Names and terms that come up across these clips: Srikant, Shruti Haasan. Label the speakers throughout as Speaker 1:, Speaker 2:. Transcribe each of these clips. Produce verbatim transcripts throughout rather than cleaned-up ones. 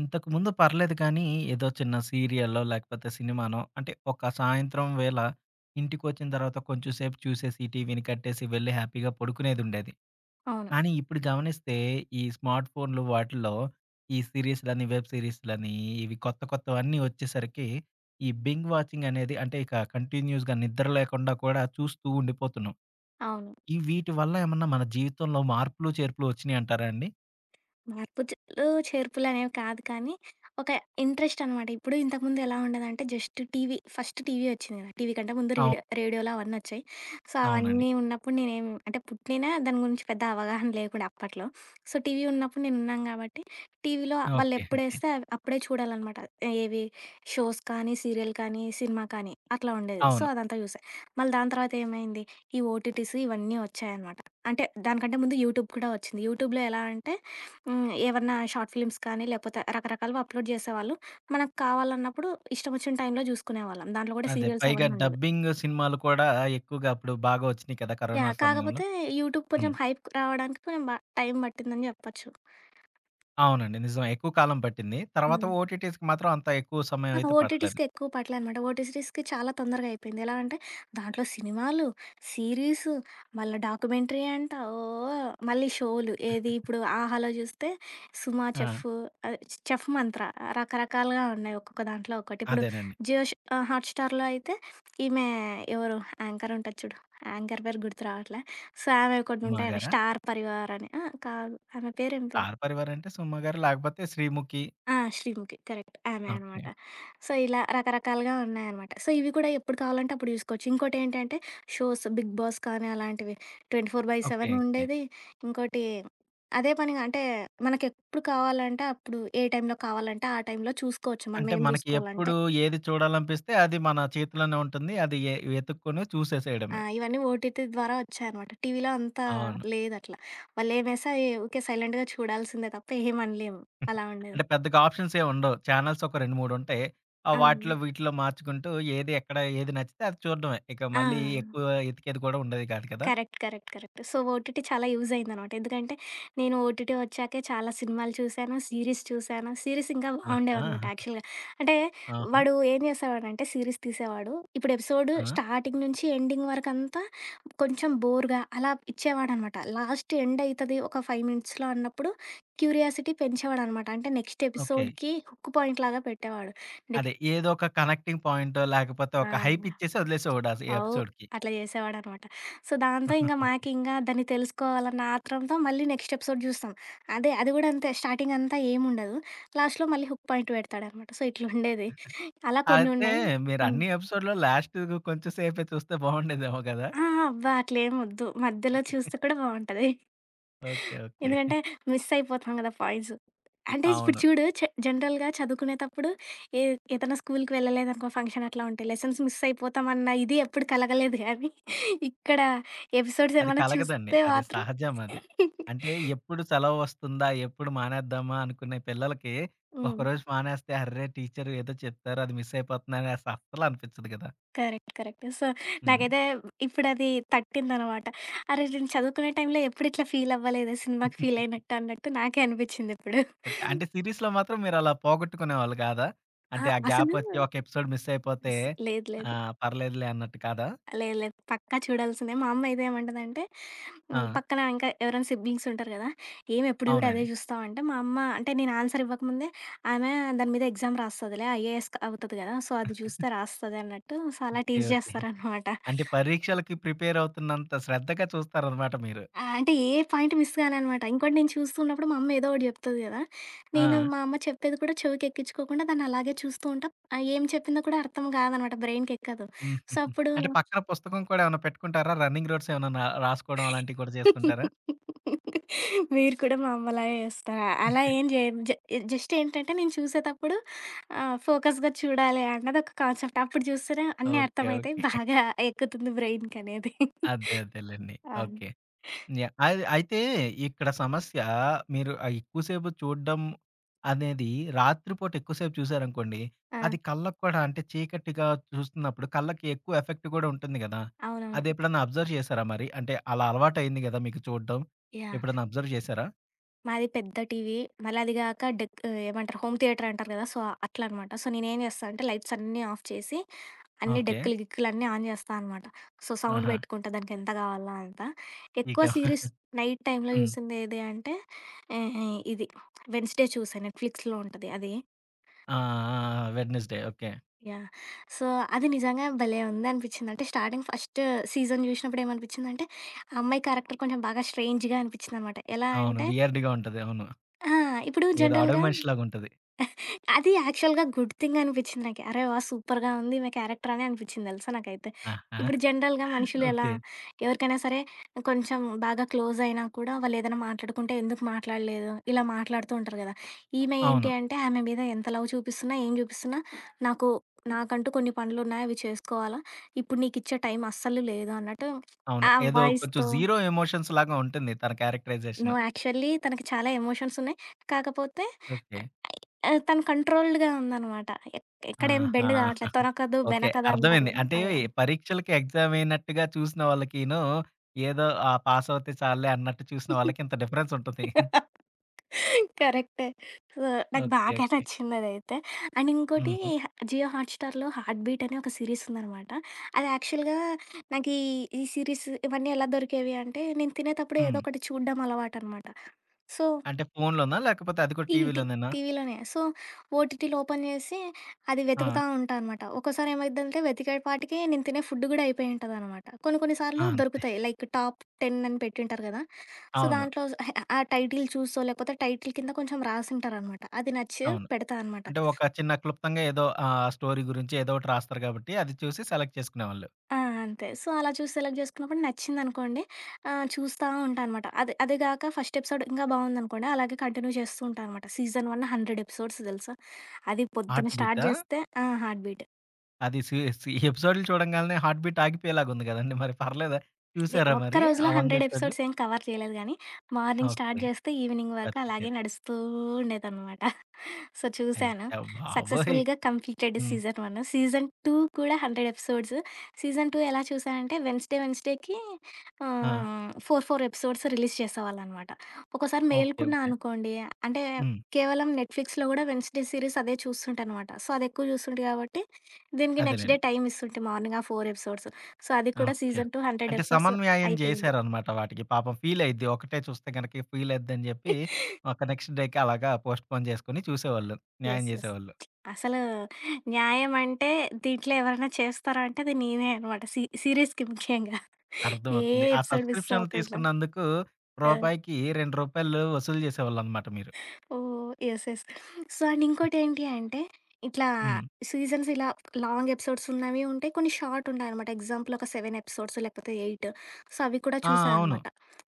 Speaker 1: ఇంతకుముందు పర్లేదు కానీ, ఏదో చిన్న సీరియల్లో లేకపోతే సినిమానో అంటే, ఒక సాయంత్రం వేళ ఇంటికొచ్చిన తర్వాత కొంచెం సేపు చూసేసి, టీవీని కట్టేసి వెళ్ళి హ్యాపీగా పడుకునేదుండేది.
Speaker 2: అవును.
Speaker 1: కానీ ఇప్పుడు గమనిస్తే, ఈ స్మార్ట్ ఫోన్‌లు వాటిల్లో ఈ సీరీస్‌లని, వెబ్ సీరీస్‌లని ఇవి కొత్త కొత్తవన్నీ వచ్చేసరికి, ఈ బింగ్ వాచింగ్ అనేది అంటే ఇక కంటిన్యూస్‌గా నిద్ర లేకుండా కూడా చూస్తూ ఉండిపోతున్నాం.
Speaker 2: అవును.
Speaker 1: ఈ వీటి వల్ల ఏమన్నా మన జీవితంలో మార్పులు, చేర్పులు వచ్చినియంటారా అండి?
Speaker 2: మార్పు చేలు చేర్పులనేవి కాదు కానీ, ఒక ఇంట్రెస్ట్ అనమాట. ఇప్పుడు ఇంతకుముందు ఎలా ఉండేదంటే జస్ట్ టీవీ ఫస్ట్ టీవీ వచ్చింది కదా! టీవీ కంటే ముందు రీడియో
Speaker 1: అవును.
Speaker 2: రేడియోలు అవన్నొచ్చాయి. సో,
Speaker 1: అవునండి.
Speaker 2: అవన్నీ ఉన్నప్పుడు నేనేం అంటే పుట్టినా దాని గురించి పెద్ద అవగాహన లేకుండా అప్పట్లో. సో, టీవీ ఉన్నప్పుడు నేనున్నాను కాబట్టి, టీవీలో
Speaker 1: ఓకే. ఓకే.
Speaker 2: వాళ్ళెప్పుడేస్తే అవ్ అప్పుడే చూడాలనమాట. ఏవి షోస్ కానీ, సీరియల్ కానీ, సినిమా కానీ అట్లా ఉండేది. సో,
Speaker 1: అవును.
Speaker 2: అదంతా చూసా. మళ్ళీ దాని తర్వాత ఏమైంది, ఈ ఓటీటీస్ ఇవన్నీ వచ్చాయనమాట. అంటే దానికంటే ముందు యూట్యూబ్ కూడా వచ్చింది. యూట్యూబ్‌లో ఎలా అంటే హ్మ్. ఏవన్నా షార్ట్ ఫిలిమ్స్ కానీ, లేపోతే రకరకాలుగా అప్‌లోడ్ జేసేవాళ్ళు. మనకు కావాలన్నప్పుడు ఇష్టం వచ్చిన టైంలో జూసుకునేవాళ్ళం. దాంట్లో గూడా
Speaker 1: అదే.
Speaker 2: సీరియల్స్
Speaker 1: పైగా
Speaker 2: అవన్నీ ఉండేవి.
Speaker 1: డబ్బింగ్ సినిమాలు కూడా ఎక్కువగా అప్పుడు బాగా వచ్చినాయి కదా! Corona
Speaker 2: yeah!
Speaker 1: సమయంలో.
Speaker 2: కాకపోతే యూట్యూబ్ కొంచెం
Speaker 1: హ్మ్.
Speaker 2: హైప్ రావడానికి కొంచెం బా టైం పట్టిందని జెప్పొచ్చు.
Speaker 1: అవునండి. నిజమే. ఎక్కువ కాలం పట్టింది. తర్వాత
Speaker 2: హ్మ్.
Speaker 1: ఓటీటీస్‌కి మాత్రం అంత ఎక్కువ సమయం
Speaker 2: ఆ!
Speaker 1: అయితే పట్టలేదు.
Speaker 2: ఓటీటీస్‌కి ఎక్కువ పడలేదనమాట. ఓటీటీస్‌కి చాలా తొందరగా అయిపోయింది. ఎలా అంటే దాంట్లో సినిమాలు, సీరీసు, మళ్ళా డాక్యుమెంటరీ అంట, ఓహ్! మళ్ళీ షోలు ఏది ఇప్పుడు 'ఆహాలో' చూస్తే 'సుమా
Speaker 1: ఆ!
Speaker 2: చెఫ్', ఆహ్, 'చెఫ్ మంత్ర' రకరకాలుగా ఉన్నాయి. ఒక్కొక్క దాంట్లో ఒకటి. ఇప్పుడు
Speaker 1: అదేనండి.
Speaker 2: జియో ష్ ఆహ్, హాట్‌స్టార్‌లో అయితే ఈమె ఎవరు యాంకర్ ఉంటది చూడు. యాంకర్ పేరు గుర్తు రావట్లే. సో, ఆమెవి కొన్ని
Speaker 1: 'సుమా'
Speaker 2: ఉంటాయట
Speaker 1: గారా?
Speaker 2: 'స్టార్ పరివార్' అని. ఆ! కాదు ఆమె పేరేంటో
Speaker 1: 'స్టార్ పరివార్' అంటే 'సుమ' గారు లేకపోతే 'శ్రీముఖి'.
Speaker 2: ఆ! 'శ్రీముఖి' కరెక్ట్. ఆమె
Speaker 1: ఓకే.
Speaker 2: అనమాట. సో, ఇలా రకరకాలుగా ఉన్నాయనమాట. సో, ఇవి కూడా ఎప్పుడు కావాలంటే అప్పుడు చూసుకోవచ్చు. ఇంకోటేంటంటే షోస్ 'బిగ్ బాస్' కానీ అలాంటివి
Speaker 1: ఓకే.
Speaker 2: ఇరవై నాలుగు బై ఏడు
Speaker 1: ఓకే.
Speaker 2: ఉండేది. ఇంకోటి అదే పనిగా అంటే మనకెప్పుడు కావాలంటే అప్పుడు ఏ టైంలో కావాలంటే ఆ టైంలో చూసుకోవచ్చు. మనం
Speaker 1: అంటే
Speaker 2: ఏం
Speaker 1: మనకి
Speaker 2: చూసుకోవాలంటే
Speaker 1: ఎప్పుడు ఏది చూడాలనిపిస్తే అది మన చేతిలోనే ఉంటుంది. అది ఎ వెతుక్కొని
Speaker 2: ఆ!
Speaker 1: చూసేసేయడమే.
Speaker 2: ఇవన్నీ ఓటీటీ ద్వారా వచ్చాయనమాట. టీవీలో అంతా
Speaker 1: అవును.
Speaker 2: లేదట్లా. వాళ్ళేమేస్తే అయి ఊకే సైలెంట్‌గా చూడాల్సిందే తప్ప ఏమనలేము. అలా ఉండేది.
Speaker 1: అంటే పెద్దగా ఆప్షన్స్ ఏమి ఉండవు. చానెల్స్ ఒక రెండు, మూడు ఉంటాయి. ఆహ్,
Speaker 2: అవును.
Speaker 1: వాటిలో వీటిలో మార్చుకుంటూ ఏది ఎక్కడ ఏది నచ్చితే అది చూడడమే. ఇక
Speaker 2: ఆ!
Speaker 1: మళ్ళీ ఎక్కువ ఎతికేది కూడా ఉండేది కాదు కదా!
Speaker 2: Correct. Correct. Correct. So, OTT చాలా యూజ్ అయిందనమాట. ఎందుకంటే, నేను ఓటీటీ వచ్చాకే చాలా సినిమాలు చూశాను, సీరీస్ చూశాను. సీరీస్ ఇంకా
Speaker 1: ఆహా!
Speaker 2: బాగుండేవనమాట యాక్చువల్‌గా. అంటే,
Speaker 1: ఆహా!
Speaker 2: వాడు ఏం చేసేవాడంటే సీరీస్ తీసేవాడు. ఇప్పుడు ఎపిసోడ్
Speaker 1: ఆ!
Speaker 2: స్టార్టింగ్ నుంచి ఎండింగ్ వరకంతా కొంచెం బోర్‌గా అలా ఇచ్చేవాడనమాట. లాస్ట్ ఎండ్ అయితది ఒక ఐదు మినిట్స్‌లో అన్నప్పుడు క్యూరియాసిటీ పెంచేవాడనమాట. అంటే నెక్స్ట్
Speaker 1: ఓకే.
Speaker 2: ఎపిసోడ్‌కి హుక్ పాయింట్ లాగా పెట్టేవాడు. నెక్
Speaker 1: అదే ఏదో ఒక కనెక్టింగ్ పాయింటో లేకపోతే
Speaker 2: ఆ!
Speaker 1: ఒక హైప్ ఇచ్చేసి వదిలేసేవాడు అసలు ఈ
Speaker 2: అవు.
Speaker 1: ఎపిసోడ్‌కి.
Speaker 2: అట్లా జేసేవాడనమాట. సో, దాంతో ఇంక మాకింకా దాన్ని తెలుసుకోవాలన్న ఆత్రంతో మళ్ళీ నెక్స్ట్ ఎపిసోడ్ జూస్తాం. అదే అది గూడా అంతే స్టార్టింగ్ అంతా ఏముండదు. లాస్ట్‌లో మళ్ళీ హుక్ పాయింట్ పెడతాడనమాట. సో, ఇట్లుండేది. అలా కొన్ని
Speaker 1: అయితే
Speaker 2: ఉన్నాయి.
Speaker 1: మీరు
Speaker 2: హ్మ్.
Speaker 1: అన్ని ఎపిసోడ్‌లో లాస్ట్‌కి కొంచెం సేపే చూస్తే బాగుండేదేమో కదా!
Speaker 2: ఆ! ఆ! అబ్బా! అట్లేమొద్దు. మధ్యలో చూస్తే కూడా బావుంటది.
Speaker 1: ఓకే. ఓకే.
Speaker 2: ఎందుకంటే మిస్ అయిపోతాం కదా పాయింట్స్. అంటే ఇప్పుడు
Speaker 1: అవును.
Speaker 2: చూడు చె జనరల్‌గా చదువుకునేతప్పుడు ఏ ఏదైనా స్కూల్‌కి వెళ్ళలేదనుకో ఫంక్షన్ అట్లా ఉంటాయి. లెసన్స్ మిస్ అయిపోతామన్న ఇది ఎప్పుడు కలగలేదు గానీ, ఇక్కడ ఎపిసోడ్స్
Speaker 1: అది
Speaker 2: ఏమన్నా
Speaker 1: కలగదండి.
Speaker 2: చూస్తే
Speaker 1: అది
Speaker 2: మాత్రం
Speaker 1: సహజం అది. అంటే ఎప్పుడు సెలవు వస్తుందా? ఎప్పుడు మానేద్దామా? అనుకునే పిల్లలకి
Speaker 2: హ్మ్.
Speaker 1: ఒకరోజు మానేస్తే అర్రే! టీచర్ ఏదో చెప్తారు. అది మిస్ అయిపోతున్నాను అనేసి అస్సలు అనిపించదు కదా!
Speaker 2: కరెక్ట్. కరెక్ట్. సో,
Speaker 1: హ్మ్.
Speaker 2: నాకైతే ఇప్పుడది తట్టిందనమాట. అరే! నేను చదువుకునే టైంలో ఎప్పుడు ఇట్లా ఫీల్ అవ్వలేదే సినిమాకి ఫీల్ అయినట్టు అన్నట్టు నాకే అనిపిచ్చిందిప్పుడు.
Speaker 1: ఓకే. అంటే సీరీస్‌లో మాత్రం మీరలా పోగొట్టుకునేవాళ్ళు కాదా?
Speaker 2: ఆ!
Speaker 1: అంటే ఆ గ్యాప్
Speaker 2: అసలు
Speaker 1: వచ్చి ఒక ఎపిసోడ్ మిస్ అయిపోతే
Speaker 2: అస్ లేదు. లేదు.
Speaker 1: ఆహ్, పర్లేదులే అన్నట్టు కాదా?
Speaker 2: లేదు లేదు. పక్కా చూడాల్సిందే. మా అమ్మ అయితే ఏమంటదంటే,
Speaker 1: ఆ!
Speaker 2: హ్మ్, పక్కన ఇంకా ఎవరైనా సిబ్లింగ్స్ ఉంటారు గదా! "ఏమి ఎప్పుడు చూడు అదే
Speaker 1: అవునండి.
Speaker 2: చూస్తావు" అంటే, మా అమ్మ అంటే నేను ఆన్సర్ ఇవ్వకముందే, "ఆమె దాని మీద ఎగ్జామ్ రాస్తదిలే. ఐఏఎస్ అవుతది గదా! సో, అది చూస్తే రాస్తది" అన్నట్టు సో, అలా
Speaker 1: ఓకే.
Speaker 2: Tease
Speaker 1: okay.
Speaker 2: చేస్తారనమాట.
Speaker 1: అంటే పరీక్షలకి ప్రిపేర్ అవుతున్నంత శ్రద్ధగా చూస్తారనమాట మీరు.
Speaker 2: ఆ! అంటే ఏ పాయింట్ మిస్ కాననమాట. ఇంకోటి నేను చూస్తున్నప్పుడు మా అమ్మ ఏదో ఒకటి చెప్తది గదా! నేను
Speaker 1: ఆ!
Speaker 2: మా అమ్మ చెప్పేది కూడా చెవికెక్కించుకోకుండా దాన్ని అలాగే చూస్తూ ఉంటా. ఆహ్, ఏం చెప్పిందో కూడా అర్థం కాదనమాట. బ్రెయిన్‌కెక్కదు. సో,
Speaker 1: హుహుహు.
Speaker 2: అప్పుడు
Speaker 1: అంటే పక్కన పుస్తకం కూడా ఏమన్నా పెట్టుకుంటారా? రన్నింగ్ నోట్స్ ఏమన్నా రా రాసుకోవడం అలాంటివి కూడా చేస్తుంటారా?
Speaker 2: మీరు కూడా మా అమ్మలాగే చేస్తారా? అలా ఏం చేయను. జ జస్ట్ ఏంటంటే నేను చూసేతప్పుడు ఆహ్, ఫోకస్‌గా చూడాలి అన్నది ఒక కాన్సెప్ట్. అప్పుడు చూస్తేనే అన్నీ
Speaker 1: ఓకే.
Speaker 2: అర్థమవుతాయి.
Speaker 1: ఓకే.
Speaker 2: బాగా ఎక్కుతుంది బ్రెయిన్‌కనేది.
Speaker 1: అదే అదేలెండి.
Speaker 2: అవును.
Speaker 1: ఓకే. యాహ్! అది అయితే ఇక్కడ సమస్య మీరు ఆహ్, ఎక్కువ సేపు చూడడం అనేది రాత్రి పూట ఎక్కువ సేపు చూసారనుకోండి,
Speaker 2: ఆ! ఆ,
Speaker 1: అది కళ్ళకి కూడా అంటే చీకటిగా చూస్తున్నప్పుడు కళ్ళకి ఎక్కువ ఎఫెక్ట్ కూడా ఉంటుంది గదా!
Speaker 2: అవునవును.
Speaker 1: అది ఎప్పుడన్నా అబ్జర్వ్ చేసారా మరి? అంటే అలా అలవాటయింది గదా మీకు చూడడం.
Speaker 2: యాహ్!
Speaker 1: ఎప్పుడన్నా అబ్జర్వ్ చేసారా?
Speaker 2: మాది పెద్ద టీవీ. మళ్ళీ అది గాక డెక్ ఆహ్, ఏమంటారు హోమ్ థియేటర్ అంటారు కదా! సో, అట్లా అనమాట. సో, నేనేం చేస్తా అంటే లైట్స్ అన్నీ ఆఫ్ చేసి, అన్ని
Speaker 1: ఓకే.
Speaker 2: డెక్కులు, గిక్కులు అన్నీ ఆన్ చేస్తా అనమాట. సో, సౌండ్
Speaker 1: ఆహా!
Speaker 2: పెట్టుకుంటా దానికెంత కావాలో అంత. ఎక్కువ
Speaker 1: ఇక
Speaker 2: సీరీస్ నైట్ టైమ్‌లో
Speaker 1: హ్మ్.
Speaker 2: చూసిందేది అంటే ఆహ్, ఇది 'వెడ్నెస్‌డే' చూసా నెట్‌ఫ్లిక్స్‌లో ఉంటది అది.
Speaker 1: ఆ! ఆ! ఆ! వెడ్నెస్‌డే. ఓకే.
Speaker 2: యాహ్! సో, అది నిజంగా భలే ఉందనిపించింది. అంటే స్టార్టింగ్ ఫస్ట్ సీజన్ చూసినప్పుడు ఏమనిపించిందంటే, ఆ అమ్మాయి క్యారెక్టర్ కొంచెం బాగా స్ట్రేంజ్‌గా అనిపించిందనమాట. ఎలా
Speaker 1: అవును.
Speaker 2: అంటే
Speaker 1: వియర్డ్‌గా ఉంటది. అవును.
Speaker 2: ఆ! ఇప్పుడు
Speaker 1: ఏదో అడవి
Speaker 2: జనరల్‌గా
Speaker 1: మనిషిలాగా ఉంటది.
Speaker 2: అది యాక్చువల్‌గా గుడ్ థింగ్ అనిపిచ్చింది నాకి. అరె! వాహ్! సూపర్‌గా ఉంది ఈమె క్యారెక్టర్ అని అనిపిచ్చింది తెలుసా నాకైతే.
Speaker 1: ఆహా!
Speaker 2: ఇప్పుడు జనరల్‌గా మనుషులు ఎలా
Speaker 1: ఓకే.
Speaker 2: ఎవరికైనా సరే కొంచెం బాగా క్లోజ్ అయినా కూడా వాళ్ళేదైనా మాట్లాడుకుంటే ఎందుకు మాట్లాడలేదు, ఇలా మాట్లాడుతూ ఉంటారు కదా! ఈమె
Speaker 1: అవును.
Speaker 2: ఏంటి అంటే ఆమె మీద ఎంత లవ్ చూపిస్తున్నా, ఏం చూపిస్తున్నా నాకు నాకంటూ కొన్ని పనులున్నాయి అవి చేసుకోవాలా, ఇప్పుడు నీకిచ్చే టైం అస్సలు లేదు అన్నట్టు
Speaker 1: అవును.
Speaker 2: ఆ
Speaker 1: ఏదో కొంచెం
Speaker 2: వాయిస్‌తో.
Speaker 1: జీరో ఎమోషన్స్ లాగా ఉంటుంది తన
Speaker 2: నో.
Speaker 1: క్యారెక్టరైజేషన్.
Speaker 2: యాక్చువల్లీ తనకి చాలా ఎమోషన్స్ ఉన్నాయి. కాకపోతే
Speaker 1: ఓకే.
Speaker 2: ఆహ్, తను కంట్రోల్డ్‌గా ఉందనమాట. ఎక్ ఎక్కడేం బెండ్
Speaker 1: ఆహా!
Speaker 2: కావట్లేదు. తొనకదు,
Speaker 1: ఓకే.
Speaker 2: బెనకదు అంటారు
Speaker 1: అర్థమైంది.
Speaker 2: కదా!
Speaker 1: అంటే
Speaker 2: అలా.
Speaker 1: పరీక్షలకి ఎగ్జామ్ అయినట్టుగా చూసిన వాళ్ళకిను, ఏదో ఆ పాస్ అవుతే చాలులే అన్నట్టు చూసిన వాళ్ళకి ఇంత డిఫరెన్స్ ఉంటుంది.
Speaker 2: కరెక్టే. సో, నాకు
Speaker 1: ఓకే.
Speaker 2: బాగా
Speaker 1: ఓకే.
Speaker 2: నచ్చిందదైతే. అండ్ ఇంకోటి
Speaker 1: హుహు.
Speaker 2: జియో హాట్‌స్టార్‌లో 'హార్ట్ బీట్' అనే ఒక సీరీస్ ఉందనమాట. అది యాక్చువల్‌గా నాకీ ఈ సీరీస్ ఇవన్నీ ఎలా దొరికేవి అంటే, నేను తినేతప్పుడు ఏదో
Speaker 1: హ్మ్.
Speaker 2: ఒకటి చూడడం అలవాటనమాట. సో,
Speaker 1: అంటే ఫోన్‌లోనా? లేకపోతే అది కూడా
Speaker 2: టీవీ టీ
Speaker 1: టీవీలోనేనా?
Speaker 2: టీవీలోనే. సో, ఓటీటీలో ఓపెన్ చేసి అది
Speaker 1: ఆ!
Speaker 2: వెతుకుతా ఉంటా అనమాట. ఒక్కోసారి ఏమైద్దంటే వెతికేపాటికి నేను తినే ఫుడ్ కూడా అయిపోయి ఉంటదనమాట. కొన్ని కొన్ని
Speaker 1: ఆ!
Speaker 2: సార్లు
Speaker 1: అంతే.
Speaker 2: దొరుకుతాయి. లైక్ టాప్ టెన్ అని పెట్టింటారు కదా! సో,
Speaker 1: అవును.
Speaker 2: దాంట్లో హె ఆ టైటిల్ చూసో, లేకపోతే టైటిల్ కింద కొంచెం రాసుంటారనమాట. అది నచ్చి
Speaker 1: అవును.
Speaker 2: పెడతా అనమాట.
Speaker 1: అంటే ఒక చిన్న క్లుప్తంగా ఏదో ఆహ్, స్టోరీ గురించి ఏదో ఒకటి రాస్తారు కాబట్టి, అది చూసి సెలెక్ట్ చేసుకునేవాళ్ళు.
Speaker 2: ఆ! అంతే. సో, అలా చూసి సెలెక్ట్ చేసుకున్నప్పుడు నచ్చిందనుకోండి ఆహ్, చూస్తా ఉంటా అనమాట. అది అది గాక ఫస్ట్ ఎపిసోడ్ ఇంకా బావుందనుకోండి, అలాగే కంటిన్యూ చేస్తూ ఉంటా అనమాట. సీజన్ వన్ హండ్రెడ్ ఎపిసోడ్స్ తెలుసా! అది పొద్దున
Speaker 1: హార్ట్
Speaker 2: స్టార్ట్
Speaker 1: బీటా?
Speaker 2: చేస్తే ఆ! Heart beat.
Speaker 1: అది సి సి ఎపిసోడ్‌లు చూడంగాల్నే హార్ట్ బీట్ ఆగిపోయేలాగా ఉంది గదండీ! మరి పర్లేదా?
Speaker 2: అదే
Speaker 1: చూసారా
Speaker 2: ఒక్క
Speaker 1: మరి
Speaker 2: రోజులో
Speaker 1: ఆ వంద
Speaker 2: హండ్రెడ్
Speaker 1: ఎపిసోడ్‌లు?
Speaker 2: ఎపిసోడ్స్ ఏం కవర్ చేయలేదు గానీ, మార్నింగ్ స్టార్ట్
Speaker 1: ఓకే.
Speaker 2: జేస్తే ఈవినింగ్ వరకు అలాగే
Speaker 1: బతికిచ్చారు.
Speaker 2: నడుస్తూ ఉండేదనమాట. సో, చూసాను.
Speaker 1: అయ్య బాబోయ్!
Speaker 2: సక్సెస్‌ఫుల్‌గా completed
Speaker 1: hmm.
Speaker 2: Season one. Season two కూడా హండ్రెడ్ ఎపిసోడ్స్. సీజన్ టూ ఎలా చూసానంటే వెన్స్‌డే, వెన్స్‌డేకి
Speaker 1: ఆ!
Speaker 2: ఆహ్, ఫోర్, ఫోర్ ఎపిసోడ్స్ రిలీజ్ చేసేవాళ్ళనమాట. ఒక్కోసారి
Speaker 1: ఓకే.
Speaker 2: మేలుకున్నా
Speaker 1: ఓకే.
Speaker 2: అనుకోండి అంటే
Speaker 1: హ్మ్.
Speaker 2: కేవలం నెట్‌ఫ్లిక్స్‌లో గూడా వెన్స్‌డే సీరీస్ అదే చూస్తుంటానమాట. సో, అది ఎక్కువ చూస్తుంటి కాబట్టి దీనికి నెక్స్ట్ డే
Speaker 1: అదేలెండి.
Speaker 2: టైమ్ ఇస్తుంటి మార్నింగ్ ఆ ఫోర్ ఎపిసోడ్స్. సో, అది కూడా
Speaker 1: ఓకే.
Speaker 2: సీజన్ టూ హండ్రెడ్
Speaker 1: అంటే
Speaker 2: ఎపిసోడ్స్
Speaker 1: సమన్వయం
Speaker 2: అయిపోయింది.
Speaker 1: జేశారనమాట వాటికి. పాపం ఫీల్ అయిద్ది. ఒకటే చూస్తే గనక ఫీల్ అయిద్దని జెప్పి, ఒక నెక్స్ట్ డేకి అలాగా పోస్ట్‌పోన్ జేసుకొని చూసేవాళ్ళు. న్యాయం
Speaker 2: యెస్. యెస్.
Speaker 1: జేసేవాళ్ళు.
Speaker 2: అసలు న్యాయం అంటే దీంట్లో ఎవరైనా చేస్తారా అంటే అది నేనే అనమాట. సి సీరీస్‌కి ముఖ్యంగా. ఏ
Speaker 1: అర్థమవుతుంది. ఆ
Speaker 2: ఎపిసోడ్ మిస్
Speaker 1: సబ్స్క్రిప్షన్‌లు
Speaker 2: అవ్వకుండా.
Speaker 1: తీసుకున్నందుకు
Speaker 2: ఆ!
Speaker 1: రూపాయికి రూ. రెండు వసూలు చేసేవాళ్ళనమాట మీరు.
Speaker 2: Oh! Yes. Yes. So, and ఇంకోటేంటి అంటే ఇట్లా
Speaker 1: హ్మ్.
Speaker 2: సీజన్స్ ఇలా లాంగ్ ఎపిసోడ్స్ ఉన్నవి ఉంటాయి. కొన్ని షార్ట్ ఉంటాయనమాట. ఎగ్జాంపుల్ ఒక ఏడు ఎపిసోడ్స్ లేకపోతే ఎనిమిది. సో, అవి కూడా
Speaker 1: ఆ!
Speaker 2: చూసా
Speaker 1: అవును.
Speaker 2: అనమాట.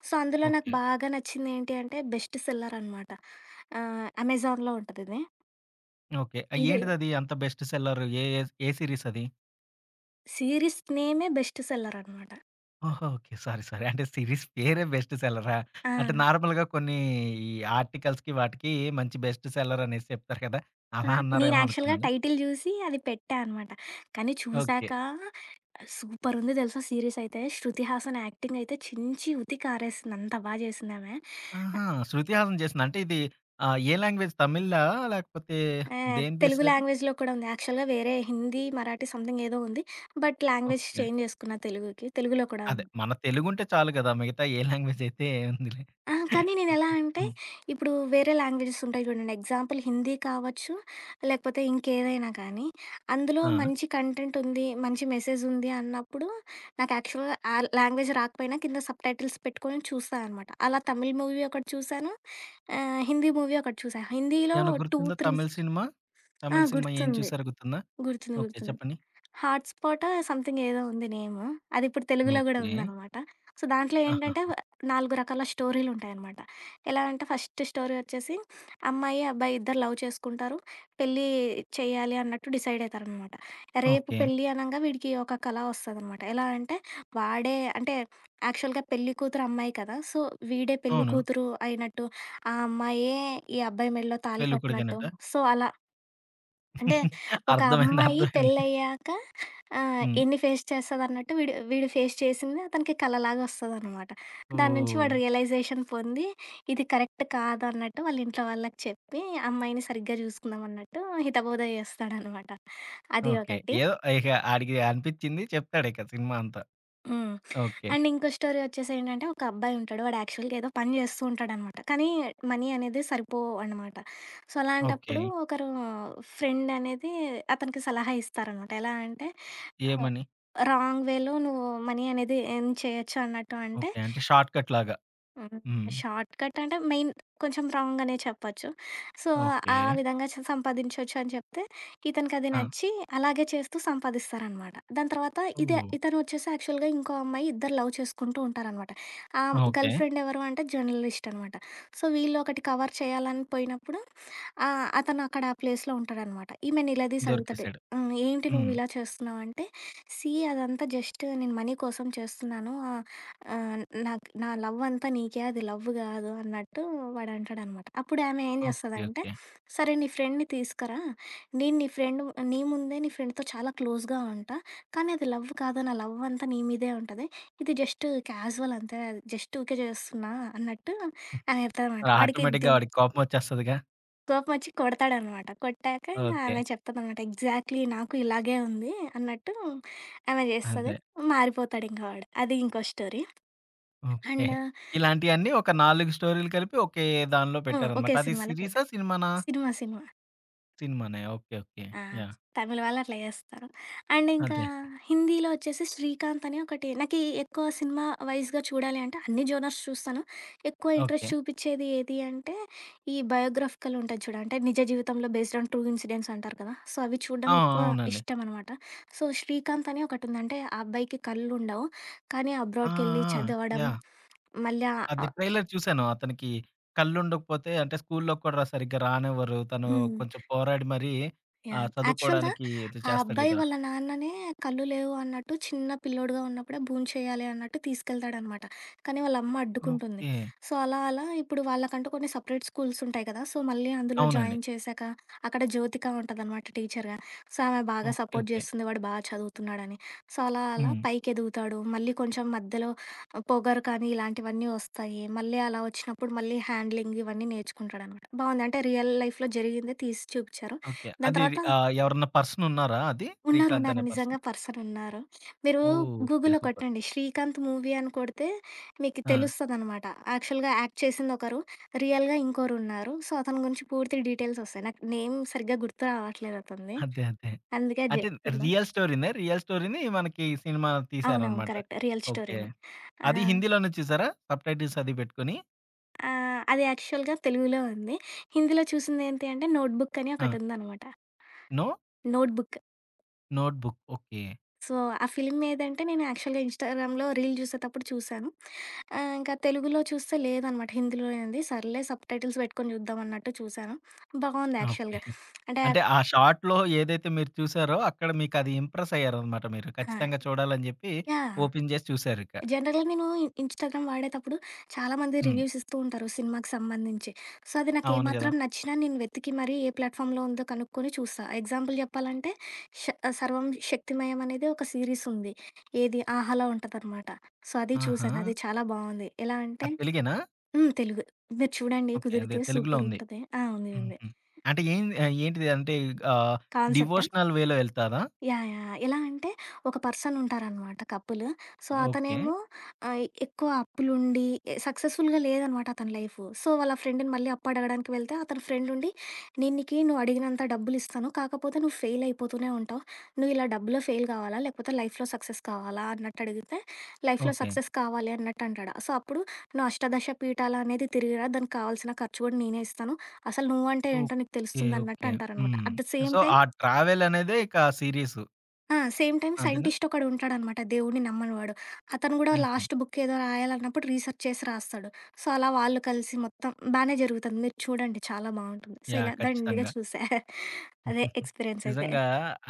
Speaker 2: సో, అందులో నాకు
Speaker 1: ఓకే.
Speaker 2: బాగా నచ్చింది ఏంటి అంటే బెస్ట్ సెల్లర్ అనమాట. ఆహ్, అమెజాన్‌లో ఉంటదిది.
Speaker 1: ఓకే.
Speaker 2: ఇది
Speaker 1: ఏంటిదది అంత బెస్ట్ సెల్లర్ ఏ ఏ ఏ సీరీస్ అది?
Speaker 2: సీరీస్ నేమే బెస్ట్ సెల్లర్ అనమాట.
Speaker 1: ఓహో! ఓకే. Sorry, sorry. అంటే సీరీస్ పేరే బెస్ట్ సెల్లరా?
Speaker 2: ఆ!
Speaker 1: అంటే నార్మల్‌గా కొన్ని ఈ ఆర్టికల్స్‌కి వాటికి మంచి బెస్ట్ సెల్లర్ అనేసి చెప్తారు కదా!
Speaker 2: ఆ!
Speaker 1: అలా
Speaker 2: నేను
Speaker 1: అన్నారేమో
Speaker 2: యాక్చువల్‌గా
Speaker 1: అనుకున్నాను.
Speaker 2: టైటిల్ జూసి అది పెట్టా అనమాట. కానీ
Speaker 1: ఓకే.
Speaker 2: చూసాక సూపరుంది తెలుసా సీరీస్ అయితే. శృతి హాసన్ యాక్టింగ్ అయితే చించి ఉతికి ఆరేసింది. అంత బా జేసిందామె.
Speaker 1: ఆహా! శృతి హాసన్ చేసింది. అంటే ఇది ఆహ్, ఏ లాంగ్వేజ్ తమిళా? లేకపోతే
Speaker 2: ఆహ్,
Speaker 1: దేని
Speaker 2: తెలుగు
Speaker 1: బేస్డ్ అది?
Speaker 2: లాంగ్వేజ్‌లో కూడా ఉంది. యాక్చువల్‌గా వేరే హిందీ, మరాఠీ సంథింగ్ ఏదో ఉంది. But language
Speaker 1: okay.
Speaker 2: చేంజ్ జేసుకున్నా తెలుగుకి. తెలుగులో కూడా
Speaker 1: అదే.
Speaker 2: ఉంది.
Speaker 1: మన తెలుగుంటే చాలు గదా! మిగతా ఏ లాంగ్వేజ్ అయితే ఏముందిలే.
Speaker 2: ఆ! కానీ నేనెలా
Speaker 1: ఓకే.
Speaker 2: అంటే,
Speaker 1: హ్మ్.
Speaker 2: ఇప్పుడు వేరే లాంగ్వేజెస్ ఉంటాయి చూడండి. ఎగ్జాంపుల్ హిందీ కావచ్చు, లేకపోతే ఇంకేదైనా కానీ, అందులో
Speaker 1: ఆ!
Speaker 2: మంచి కంటెంట్ ఉంది, మంచి మెసేజ్ ఉంది అన్నప్పుడు, నాకు యాక్చువల్‌గా ఆ లాంగ్వేజ్ రాకపోయినా కింద సబ్‌టైటిల్స్ పెట్టుకొని చూస్తా అనమాట. అలా తమిళ్ మూవీ ఒకటి చూసాను. ఆహ్, హిందీ మూవీ ఒకటి చూసా. హిందీలో
Speaker 1: ఏమన్నా
Speaker 2: రెండు,
Speaker 1: గుర్తుందా తమిళ్
Speaker 2: మూడు.
Speaker 1: సినిమా?
Speaker 2: ఆ!
Speaker 1: తమిళ్ సినిమా ఏం
Speaker 2: గుర్తుంది.
Speaker 1: చూసారో గుర్తుందా?
Speaker 2: గుర్తుంది.
Speaker 1: ఓకే.
Speaker 2: గుర్తుంది.
Speaker 1: చెప్పండి.
Speaker 2: హాట్‌స్పాటో సంథింగ్ ఏదో ఉంది నేమ్. అదిప్పుడు తెలుగులో గూడా
Speaker 1: ఓకే.
Speaker 2: ఉందనమాట. సో, దాంట్లో
Speaker 1: ఆహా!
Speaker 2: ఏంటంటే నాలుగు రకాల స్టోరీలుంటాయనమాట. ఎలా అంటే ఫస్ట్ స్టోరీ వచ్చేసి అమ్మాయి, అబ్బాయి ఇద్దరు లవ్ చేసుకుంటారు. పెళ్లి చేయాలి అన్నట్టు డిసైడ్ అయితారనమాట. రేపు
Speaker 1: ఓకే.
Speaker 2: పెళ్లి అనంగా వీడికి ఒక కల వస్తదనమాట. ఎలా అంటే వాడే అంటే యాక్చువల్‌గా పెళ్లి కూతురు అమ్మాయి కదా! సో, వీడే పెళ్లి
Speaker 1: అవును.
Speaker 2: కూతురు అయినట్టు, ఆ అమ్మాయే ఈ అబ్బాయి మెడలో తాళి కట్టినట్టు.
Speaker 1: పెళ్ళికొడుకేనటా?
Speaker 2: సో, అలా అంటే ఒక
Speaker 1: అర్థమైంది.
Speaker 2: అమ్మాయి
Speaker 1: అర్థమైంది.
Speaker 2: పెళ్ళయ్యాక ఆహ్,
Speaker 1: హ్మ్.
Speaker 2: ఎన్ని ఫేస్ చేస్తదన్నట్టు వీడు, వీడు ఫేస్ చేసింది అతనికి కలలాగా వస్తదనమాట. దాని నుంచి
Speaker 1: ఓహ్!
Speaker 2: వాడు రియలైజేషన్ పొంది ఇది కరెక్ట్ కాదన్నట్టు వాళ్ళ ఇంట్లో వాళ్ళకి చెప్పి అమ్మాయిని సరిగ్గా చూసుకుందామన్నట్టు హితబోధ చేస్తాడనమాట. అది
Speaker 1: ఓకే.
Speaker 2: ఒకటి.
Speaker 1: ఏదో ఇక ఆడికి అనిపిచ్చింది చెప్తాడిక సినిమా అంతా.
Speaker 2: హ్మ్.
Speaker 1: ఓకే.
Speaker 2: అండ్ ఇంకో స్టోరీ వచ్చేసేంటంటే ఒక అబ్బాయి ఉంటాడు. వాడు యాక్చువల్‌గా ఏదో పని చేస్తూ ఉంటాడనమాట. కానీ మనీ అనేది సరిపోవనమాట. So,
Speaker 1: okay.
Speaker 2: అలాంటప్పుడు ఒకరు ఫ్రెండ్ అనేది అతనికి సలహా ఇస్తారనమాట. ఎలా అంటే
Speaker 1: ఏమని?
Speaker 2: రాంగ్ వేలో నువ్వు మనీ అనేది ఎర్న్ చేయొచ్చు అన్నట్టు అంటే,
Speaker 1: ఓకే. అంటే షార్ట్ కట్ లాగా.
Speaker 2: హ్మ్.
Speaker 1: హ్మ్.
Speaker 2: షార్ట్‌కట్ అంటే మెయిన్ కొంచెం రాంగ్ అనే చెప్పొచ్చు. So,
Speaker 1: okay.
Speaker 2: ఆ విధంగా చ సంపాదించొచ్చు అని చెప్తే, ఇతనికది
Speaker 1: ఆ!
Speaker 2: నచ్చి అలాగే చేస్తూ సంపాదిస్తారనమాట. దాని తర్వాత ఇదే
Speaker 1: ఓహ్!
Speaker 2: ఇతనొచ్చేసి యాక్చువల్‌గా ఇంకో అమ్మాయి ఇద్దరు లవ్ చేసుకుంటూ ఉంటారనమాట. ఆహ్,
Speaker 1: ఓకే.
Speaker 2: గర్ల్ ఫ్రెండ్ ఎవరు అంటే జర్నలిస్ట్ అనమాట. సో, వీళ్ళు ఒకటి కవర్ చేయాలని పోయినప్పుడు ఆహ్, అతను అక్కడ ఆ ప్లేస్‌లో ఉంటాడనమాట. ఈమె నిలదీసి అడుగుతది.
Speaker 1: దొరికేసాడు.
Speaker 2: హ్మ్. "ఏంటి నువ్వు
Speaker 1: హ్మ్.
Speaker 2: ఇలా చేస్తున్నావు?" అంటే, "సీ అదంతా జస్ట్ నేను మనీ కోసం చేస్తున్నాను. ఆహ్ ఆ! నాకు నా లవ్ అంతా నీకే అది లవ్ గాదు" అన్నట్టు వాడంటాడనమాట. అప్పుడు ఆమె ఏం
Speaker 1: ఓకే.
Speaker 2: జేస్తదంటే,
Speaker 1: ఓకే.
Speaker 2: సరే నీ ఫ్రెండ్‌ని తీసుకురా. నేను నీ ఫ్రెండ్ నీ ముందే నీ ఫ్రెండ్‌తో చాలా క్లోజ్‌గా ఉంటా. కానీ అది లవ్ కాదు. నా లవ్ అంతా నీ మీదే ఉంటది. ఇది జస్ట్ క్యాజువల్ అంతే. జస్ట్ ఊకే చేస్తున్నా అన్నట్టు ఆమె చెప్తదనమాట. వాడికి ది
Speaker 1: ఆటోమేటిక్‌గా వాడికి కోపమొచ్చేస్తదిగా.
Speaker 2: కోపమొచ్చి కొడతాడనమాట. కొట్టాక ఇంక
Speaker 1: ఓకే.
Speaker 2: ఆమె చెప్తదనమాట. ఎగ్జాక్ట్‌లీ నాకు ఇలాగే ఉంది అన్నట్టు ఆమె జేస్తది.
Speaker 1: అదే.
Speaker 2: మారిపోతాడింక వాడు. అది ఇంకో స్టోరీ.
Speaker 1: ఓకే.
Speaker 2: అండ్
Speaker 1: ఇలాంటియన్నీ ఒక నాలుగు స్టోరీలు కలిపి ఒకే దానిలో
Speaker 2: ఆ!
Speaker 1: పెట్టారనమాట.
Speaker 2: ఒకే
Speaker 1: అది
Speaker 2: సినిమాలో
Speaker 1: సీరీసా?
Speaker 2: పెడతారు.
Speaker 1: సినిమానా?
Speaker 2: సినిమా, సినిమా.
Speaker 1: సినిమానే. ఓకే. ఓకే.
Speaker 2: ఆ!
Speaker 1: యాహ్!
Speaker 2: తమిళ్ వాళ్ళు అట్లా చేస్తారు. అండ్ ఇంకా
Speaker 1: అదే.
Speaker 2: హిందీలో వచ్చేసి 'శ్రీకాంత్' అని ఒకటి నాకీ ఎక్కువ సినిమా వైస్‌గా చూడాలి అంటే అన్ని జోనర్స్ చూస్తాను. ఎక్కువ ఇంట్రెస్ట్
Speaker 1: ఓకే.
Speaker 2: చూపిచ్చేది ఏది అంటే, ఈ బయోగ్రాఫికల్ ఉంటది చూడు. అంటే నిజ జీవితంలో బేస్డ్ ఆన్ ట్రూ ఇన్సిడెంట్స్ అంటారు కదా! సో, అవి
Speaker 1: ఆ!
Speaker 2: చూడడం ఎక్కువ
Speaker 1: అవునండి.
Speaker 2: ఇష్టమనమాట. సో, 'శ్రీకాంత్' అని ఒకటుంది. అంటే ఆ అబ్బాయికి కళ్ళుండవు. కానీ
Speaker 1: ఆ!
Speaker 2: అబ్రాడ్‌కెళ్ళి
Speaker 1: ఆ!
Speaker 2: చదవడం,
Speaker 1: యాహ్!
Speaker 2: మళ్ళా
Speaker 1: అది
Speaker 2: ఆహ్,
Speaker 1: ట్రైలర్ చూసాను. అతనికి కళ్ళుండకపోతే అంటే స్కూల్‌లోకి కూడా సరిగ్గా రానివ్వరు. తను
Speaker 2: హ్మ్.
Speaker 1: కొంచెం పోరాడి మరీ ఆహ్,
Speaker 2: యాహ్! యాక్చువల్‌గా
Speaker 1: చదువుకోవడానికి ఇది
Speaker 2: ఆ
Speaker 1: చేస్తాడు
Speaker 2: అబ్బాయి
Speaker 1: గదా!
Speaker 2: వాళ్ళ నాన్ననే కళ్ళు లేవు అన్నట్టు చిన్న పిల్లోడుగా ఉన్నప్పుడే బూమ్ చేయాలి అన్నట్టు తీసుకెళ్తాడనమాట. కానీ వాళ్ళ అమ్మ అడ్డుకుంటుంది.
Speaker 1: ఓకే.
Speaker 2: సో, అలా అలా ఇప్పుడు వాళ్ళకంటూ కొన్ని సెపరేట్ స్కూల్స్ ఉంటాయి కదా! సో, మళ్ళీ అందులో
Speaker 1: అవునండి.
Speaker 2: జాయిన్ చేశాక అక్కడ జ్యోతిక ఉంటదనమాట టీచర్‌గా. సో, ఆమె బాగా
Speaker 1: ఓకే.
Speaker 2: Support
Speaker 1: okay.
Speaker 2: చేస్తుంది. వాడు బాగా చదువుతున్నాడని. సో, అలా అలా
Speaker 1: హ్మ్.
Speaker 2: పైకెదుగుతాడు. మళ్ళీ కొంచెం మధ్యలో పొగరు కానీ ఇలాంటివన్నీ వస్తాయి. మళ్ళీ అలా వచ్చినప్పుడు మళ్ళీ హ్యాండ్లింగ్ ఇవన్నీ నేర్చుకుంటాడనమాట. బావుంది. అంటే రియల్ లైఫ్‌లో జరిగిందే తీసి చూపిచ్చారు.
Speaker 1: ఓకే.
Speaker 2: దాని
Speaker 1: అది
Speaker 2: తర్వాత
Speaker 1: ఆహ్, ఎవరన్నా పర్సనున్నారా అది?
Speaker 2: ఉన్నారు.
Speaker 1: శ్రీకాంత్
Speaker 2: ఉన్నారు.
Speaker 1: అనే పర్సన్?
Speaker 2: నిజంగా పర్సనున్నారు. మీరు
Speaker 1: ఓకే.
Speaker 2: గూగుల్‌లో
Speaker 1: సూపర్.
Speaker 2: కొట్టండి 'శ్రీకాంత్ మూవీ' అని కొడితే మీకు
Speaker 1: ఆ!
Speaker 2: తెలుస్తదనమాట. యాక్చువల్‌గా యాక్ట్ చేసిందొకరు, రియల్‌గా ఇంకోరున్నారు. సో, అతని గురించి పూర్తి డీటెయిల్సొస్తాయి. నాకు నేమ్ సరిగ్గా గుర్తు రావట్లేదు అతనిది.
Speaker 1: అదే. అదే.
Speaker 2: అందుకే అది
Speaker 1: అంటే
Speaker 2: జెప్తున్నా.
Speaker 1: రియల్ స్టోరీనే. రియల్ స్టోరీని మనకి సినిమా
Speaker 2: అవునవును.
Speaker 1: తీశారనమాట.
Speaker 2: కరెక్ట్. Real
Speaker 1: okay.
Speaker 2: స్టోరీనే. ఆ!
Speaker 1: అది హిందీలోనే చూసారా? సబ్‌టైటిల్స్ అది పెట్టుకొని.
Speaker 2: ఆహ్, అది యాక్చువల్‌గా తెలుగులో ఉంది. హిందీలో చూసిందేంటి అంటే 'నోట్‌బుక్' అని
Speaker 1: ఆ!
Speaker 2: ఒకటుందనమాట.
Speaker 1: No
Speaker 2: 'notebook.'
Speaker 1: Notebook. Okay.
Speaker 2: So, ఆ ఫిల్మ్ ఏదంటే నేను యాక్చువల్‌గా ఇన్‌స్టాగ్రామ్‌లో రీల్ చూసేతప్పుడు చూసాను. ఆహ్, ఇంకా తెలుగులో చూస్తే లేదనమాట. హిందీలోనే ఉంది. సర్లే సబ్‌టైటిల్స్ పెట్టుకొని చూద్దాం అన్నట్టు చూసాను. బాగుంది
Speaker 1: ఓకే.
Speaker 2: యాక్చువల్‌గా. అంటే
Speaker 1: అంటే ఆ షార్ట్‌లో ఏదైతే మీరు చూసారో అక్కడ మీకది ఇంప్రెస్ అయ్యారనమాట మీరు.
Speaker 2: ఆ!
Speaker 1: ఖచ్చితంగా చూడాలని జెప్పి
Speaker 2: యాహ్!
Speaker 1: ఓపెన్ జేసి చూసారిక.
Speaker 2: జనరల్‌గా నేను ఇన్ ఇన్‌స్టాగ్రామ్ వాడేటప్పుడు చాలామంది
Speaker 1: హ్మ్.
Speaker 2: రివ్యూస్ ఇస్తూ ఉంటారు సినిమాకి సంబంధించి. సో, అది
Speaker 1: అవును గదా!
Speaker 2: నాకేమాత్రం నచ్చినా నేను వెతికి మరీ ఏ ప్లాట్‌ఫామ్‌లో ఉందో కనుక్కొని చూస్తా. ఎగ్జాంపుల్ చెప్పాలంటే ష సర్వం శక్తిమయం అనేది ఒక సీరీస్ ఉంది. ఏది 'ఆహాలో' ఉంటదనమాట. సో, అది
Speaker 1: ఆహా!
Speaker 2: చూసాను. అది చాలా బావుంది. ఎలా అంటే
Speaker 1: అది తెలుగేనా?
Speaker 2: హ్మ్. తెలుగు. మీరు చూడండి
Speaker 1: ఓకే. అదే
Speaker 2: కుదిరితే
Speaker 1: తెలుగులో ఉంది.
Speaker 2: సూపరుంటది. ఆ! ఉంది. ఉంది.
Speaker 1: హుహు. అంటే ఏం ఆహ్, ఏంటిది అంటే ఆహ్,
Speaker 2: కాన్సెప్టా?
Speaker 1: డివోషనల్ వేలో ఎళ్తాదా?
Speaker 2: యాహ్! యాహ్! ఎలా అంటే ఒక పర్సన్ ఉంటారనమాట కపుల్. So,
Speaker 1: okay.
Speaker 2: అతనేమో ఆహ్, ఎక్కువ అప్పులుండి సక్సెస్‌ఫుల్‌గా లేదనమాట అతని లైఫ్. సో, వాళ్ళ ఫ్రెండ్‌ని మళ్ళీ అప్పు అడగడానికి వెళ్తే అతని ఫ్రెండ్ ఉండి "నేను నీకి నువ్వు అడిగినంత డబ్బులిస్తాను. కాకపోతే నువ్వు ఫెయిల్ అయిపోతూనే ఉంటావు. నువ్వు ఇలా డబ్బులో ఫెయిల్ కావాలా? లేకపోతే లైఫ్‌లో సక్సెస్ కావాలా?" అన్నట్టు అడిగితే "లైఫ్‌లో
Speaker 1: ఓకే.
Speaker 2: సక్సెస్ కావాలి" అన్నట్టు అంటాడు. సో, అప్పుడు "నువ్వు అష్టాదశ పీఠాలు అనేది తిరిగిరా. దానికి కావాల్సిన ఖర్చు కూడా నేనే ఇస్తాను. అసలు నువ్వంటే ఏంటో నీకు
Speaker 1: ఓకే.
Speaker 2: తెలుస్తుందన్నట్టు"
Speaker 1: ఓకే.
Speaker 2: అంటారనమాట.
Speaker 1: హ్మ్.
Speaker 2: అట్ ద సేమ్
Speaker 1: సో, ఆ
Speaker 2: టైమ్
Speaker 1: ట్రావెల్ అనేదే ఇక సీరియసు.
Speaker 2: ఆ! సేమ్ టైమ్
Speaker 1: అదేనా?
Speaker 2: సైంటిస్ట్ ఒకడుంటాడనమాట. దేవుడిని నమ్మనివాడు. అతను గూడా
Speaker 1: హుహు.
Speaker 2: లాస్ట్ బుక్ ఏదో రాయాలన్నప్పుడు రీసెర్చ్ చేసి రాస్తాడు. సో, అలా వాళ్ళు కలిసి మొత్తం బానే జరుగుతుంది. మీరు చూడండి చాలా బావుంటుంది. So,
Speaker 1: yeah!
Speaker 2: ఇలా దండిగా
Speaker 1: ఖచ్చితంగా.
Speaker 2: చూసా. అదే ఎక్స్‌పీరియన్స్ అయితే.
Speaker 1: నిజంగా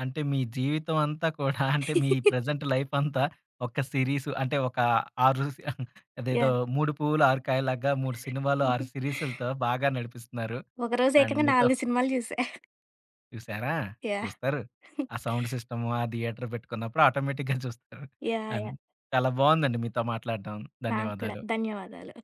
Speaker 1: అంటే మీ జీవితం అంతా కూడా అంటే మీ ప్రెజెంట్ లైఫ్ అంతా ఒక సిరీసు అంటే ఒక ఆరు సి అదేదో
Speaker 2: యాహ్!
Speaker 1: మూడు పువ్వులు ఆరు కాయలాగా మూడు సినిమాలు ఆరు సీరీసులతో బాగా నడిపిస్తున్నారు.
Speaker 2: ఒకరోజు
Speaker 1: అండ్
Speaker 2: ఏకంగా
Speaker 1: మీతో
Speaker 2: నాలుగు సినిమాలు జూసా.
Speaker 1: చూసారా?
Speaker 2: యాహ్!
Speaker 1: చూస్తారు. ఆ సౌండ్ సిస్టము, ఆ థియేటర్ పెట్టుకున్నప్పుడు ఆటోమేటిక్‌గా చూస్తారు.
Speaker 2: యాహ్!
Speaker 1: And
Speaker 2: yeah!
Speaker 1: చాలా బావుందండి మీతో మాట్లాడడం.
Speaker 2: నాకు కూడా.
Speaker 1: ధన్యవాదాలు.
Speaker 2: ధన్యవాదాలు.